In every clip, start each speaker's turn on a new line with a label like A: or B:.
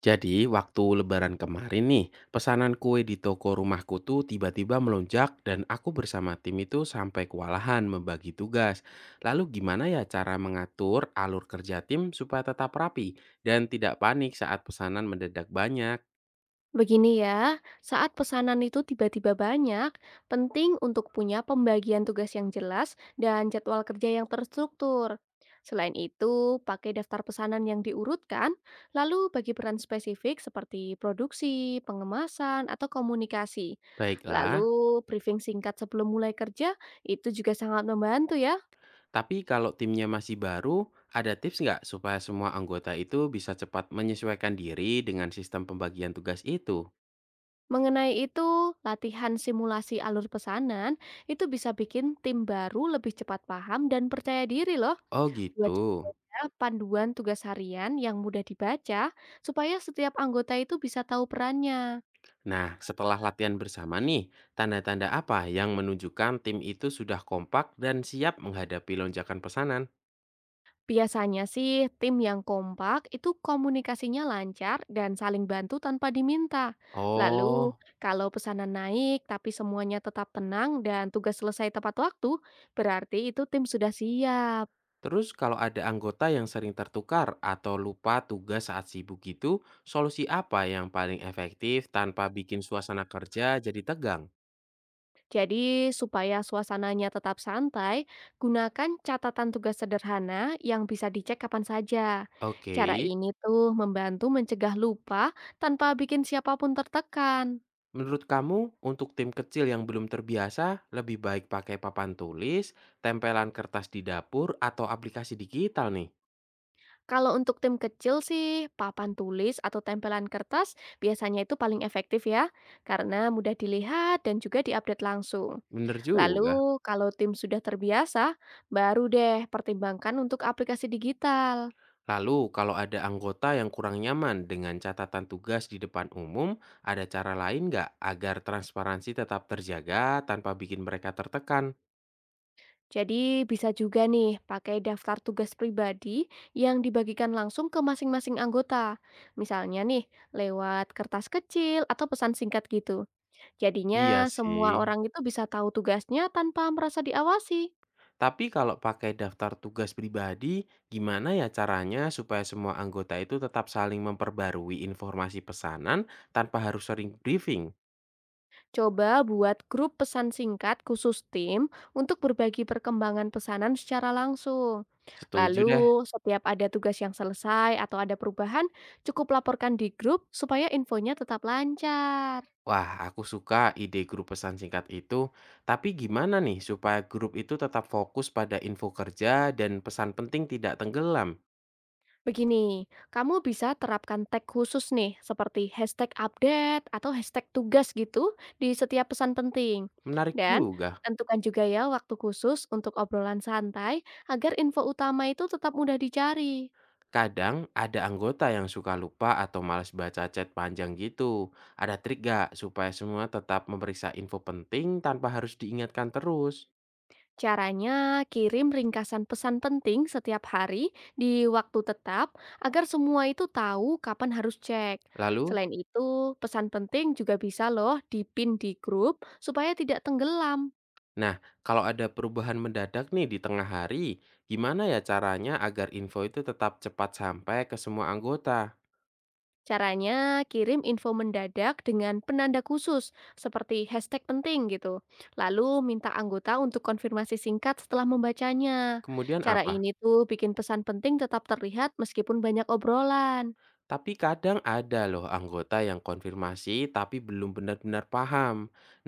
A: Jadi, waktu lebaran kemarin nih, pesanan kue di toko rumahku tuh tiba-tiba melonjak dan aku bersama tim itu sampai kewalahan membagi tugas. Lalu gimana ya cara mengatur alur kerja tim supaya tetap rapi dan tidak panik saat pesanan mendadak banyak?
B: Begini ya, saat pesanan itu tiba-tiba banyak, penting untuk punya pembagian tugas yang jelas dan jadwal kerja yang terstruktur. Selain itu, pakai daftar pesanan yang diurutkan, lalu bagi peran spesifik seperti produksi, pengemasan, atau komunikasi.
A: Baiklah,
B: Lalu, briefing singkat sebelum mulai kerja itu juga sangat membantu ya.
A: tapi kalau timnya masih baru, ada tips nggak supaya semua anggota itu bisa cepat menyesuaikan diri dengan sistem pembagian tugas itu?
B: Mengenai itu, latihan simulasi alur pesanan itu bisa bikin tim baru lebih cepat paham dan percaya diri loh.
A: Oh
B: 2 juga
A: gitu.
B: panduan tugas harian yang mudah dibaca supaya setiap anggota itu bisa tahu perannya.
A: Nah, setelah latihan bersama nih, tanda-tanda apa yang menunjukkan tim itu sudah kompak dan siap menghadapi lonjakan pesanan?
B: Biasanya sih tim yang kompak itu komunikasinya lancar dan saling bantu tanpa diminta. Lalu
A: Oh,
B: kalau pesanan naik tapi semuanya tetap tenang dan tugas selesai tepat waktu, berarti itu tim sudah siap.
A: terus kalau ada anggota yang sering tertukar atau lupa tugas saat sibuk gitu, solusi apa yang paling efektif tanpa bikin suasana kerja jadi tegang?
B: Jadi, supaya suasananya tetap santai, gunakan catatan tugas sederhana yang bisa dicek kapan saja. Cara
A: Oke,
B: ini tuh membantu mencegah lupa tanpa bikin siapapun tertekan.
A: menurut kamu untuk tim kecil yang belum terbiasa, lebih baik pakai papan tulis, tempelan kertas di dapur, atau aplikasi digital nih?
B: Kalau untuk tim kecil sih, papan tulis atau tempelan kertas biasanya itu paling efektif ya, karena mudah dilihat dan juga diupdate langsung.
A: Bener juga.
B: Lalu, kalau tim sudah terbiasa, baru deh pertimbangkan untuk aplikasi digital.
A: Lalu, kalau ada anggota yang kurang nyaman dengan catatan tugas di depan umum, ada cara lain nggak agar transparansi tetap terjaga tanpa bikin mereka tertekan?
B: Jadi bisa juga nih pakai daftar tugas pribadi yang dibagikan langsung ke masing-masing anggota. Misalnya nih lewat kertas kecil atau pesan singkat gitu.
A: Iya
B: Jadinya semua
A: sih.
B: orang itu bisa tahu tugasnya tanpa merasa diawasi.
A: Tapi kalau pakai daftar tugas pribadi, gimana ya caranya supaya semua anggota itu tetap saling memperbarui informasi pesanan tanpa harus sering briefing?
B: Coba buat grup pesan singkat khusus tim untuk berbagi perkembangan pesanan secara langsung.
A: Setuju deh.
B: Lalu setiap ada tugas yang selesai atau ada perubahan, cukup laporkan di grup supaya infonya tetap lancar.
A: Wah, aku suka ide grup pesan singkat itu, tapi gimana nih supaya grup itu tetap fokus pada info kerja dan pesan penting tidak tenggelam?
B: Begini, kamu bisa terapkan tag khusus nih, seperti hashtag update atau hashtag tugas gitu di setiap pesan penting.
A: Menarik
B: Dan
A: juga.
B: tentukan juga ya waktu khusus untuk obrolan santai agar info utama itu tetap mudah dicari.
A: Kadang ada anggota yang suka lupa atau malas baca chat panjang gitu. Ada trik gak supaya semua tetap memeriksa info penting tanpa harus diingatkan terus?
B: Caranya, kirim ringkasan pesan penting setiap hari di waktu tetap agar semua itu tahu kapan harus cek.
A: Lalu,
B: Selain itu, pesan penting juga bisa loh dipin di grup supaya tidak tenggelam.
A: nah kalau ada perubahan mendadak nih di tengah hari, gimana ya caranya agar info itu tetap cepat sampai ke semua anggota?
B: Caranya, kirim info mendadak dengan penanda khusus seperti hashtag penting gitu. Lalu minta anggota untuk konfirmasi singkat setelah membacanya.
A: Kemudian
B: Cara
A: apa?
B: ini tuh bikin pesan penting tetap terlihat meskipun banyak obrolan.
A: Tapi kadang ada loh anggota yang konfirmasi tapi belum benar-benar paham.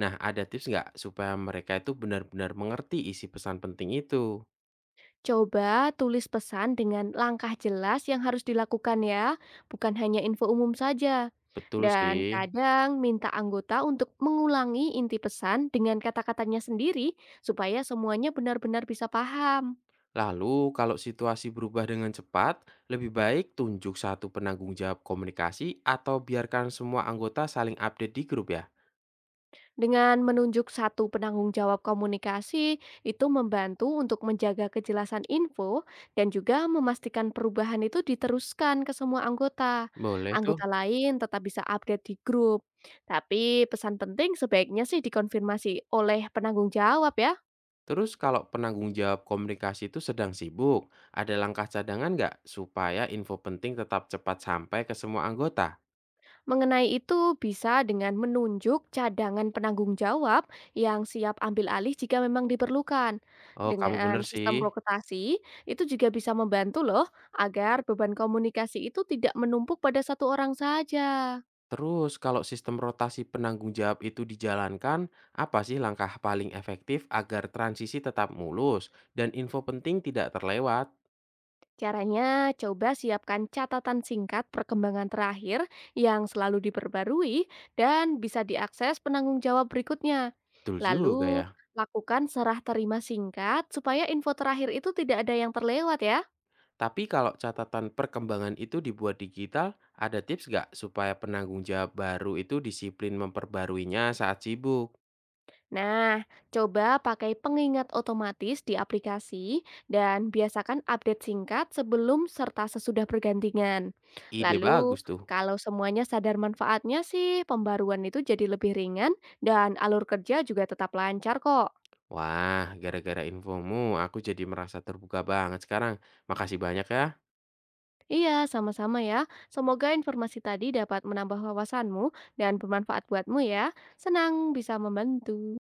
A: Nah, ada tips nggak supaya mereka itu benar-benar mengerti isi pesan penting itu?
B: Coba tulis pesan dengan langkah jelas yang harus dilakukan ya, bukan hanya info umum saja.
A: Betul
B: Dan
A: sih.
B: kadang minta anggota untuk mengulangi inti pesan dengan kata-katanya sendiri supaya semuanya benar-benar bisa paham.
A: Lalu, kalau situasi berubah dengan cepat, lebih baik tunjuk satu penanggung jawab komunikasi atau biarkan semua anggota saling update di grup ya?
B: Dengan menunjuk satu penanggung jawab komunikasi, itu membantu untuk menjaga kejelasan info dan juga memastikan perubahan itu diteruskan ke semua anggota.
A: Boleh tuh.
B: Anggota lain tetap bisa update di grup. Tapi pesan penting sebaiknya sih dikonfirmasi oleh penanggung jawab ya.
A: Terus kalau penanggung jawab komunikasi itu sedang sibuk, ada langkah cadangan nggak supaya info penting tetap cepat sampai ke semua anggota?
B: Mengenai itu, bisa dengan menunjuk cadangan penanggung jawab yang siap ambil alih jika memang diperlukan.
A: Oh, kamu bener
B: Dengan
A: sih.
B: sistem rotasi, itu juga bisa membantu loh agar beban komunikasi itu tidak menumpuk pada satu orang saja.
A: Terus kalau sistem rotasi penanggung jawab itu dijalankan, apa sih langkah paling efektif agar transisi tetap mulus dan info penting tidak terlewat?
B: Caranya, coba siapkan catatan singkat perkembangan terakhir yang selalu diperbarui dan bisa diakses penanggung jawab berikutnya.
A: Betul juga
B: Lalu,
A: ya.
B: lakukan serah terima singkat supaya info terakhir itu tidak ada yang terlewat ya.
A: Tapi kalau catatan perkembangan itu dibuat digital, ada tips nggak supaya penanggung jawab baru itu disiplin memperbaruinya saat sibuk?
B: Nah, coba pakai pengingat otomatis di aplikasi dan biasakan update singkat sebelum serta sesudah pergantian.
A: Ide
B: Lalu,
A: bagus tuh.
B: kalau semuanya sadar manfaatnya sih, pembaruan itu jadi lebih ringan dan alur kerja juga tetap lancar kok.
A: Wah, gara-gara infomu aku jadi merasa terbuka banget sekarang. Makasih banyak ya.
B: Iya, sama-sama ya. Semoga informasi tadi dapat menambah wawasanmu dan bermanfaat buatmu ya. Senang bisa membantu.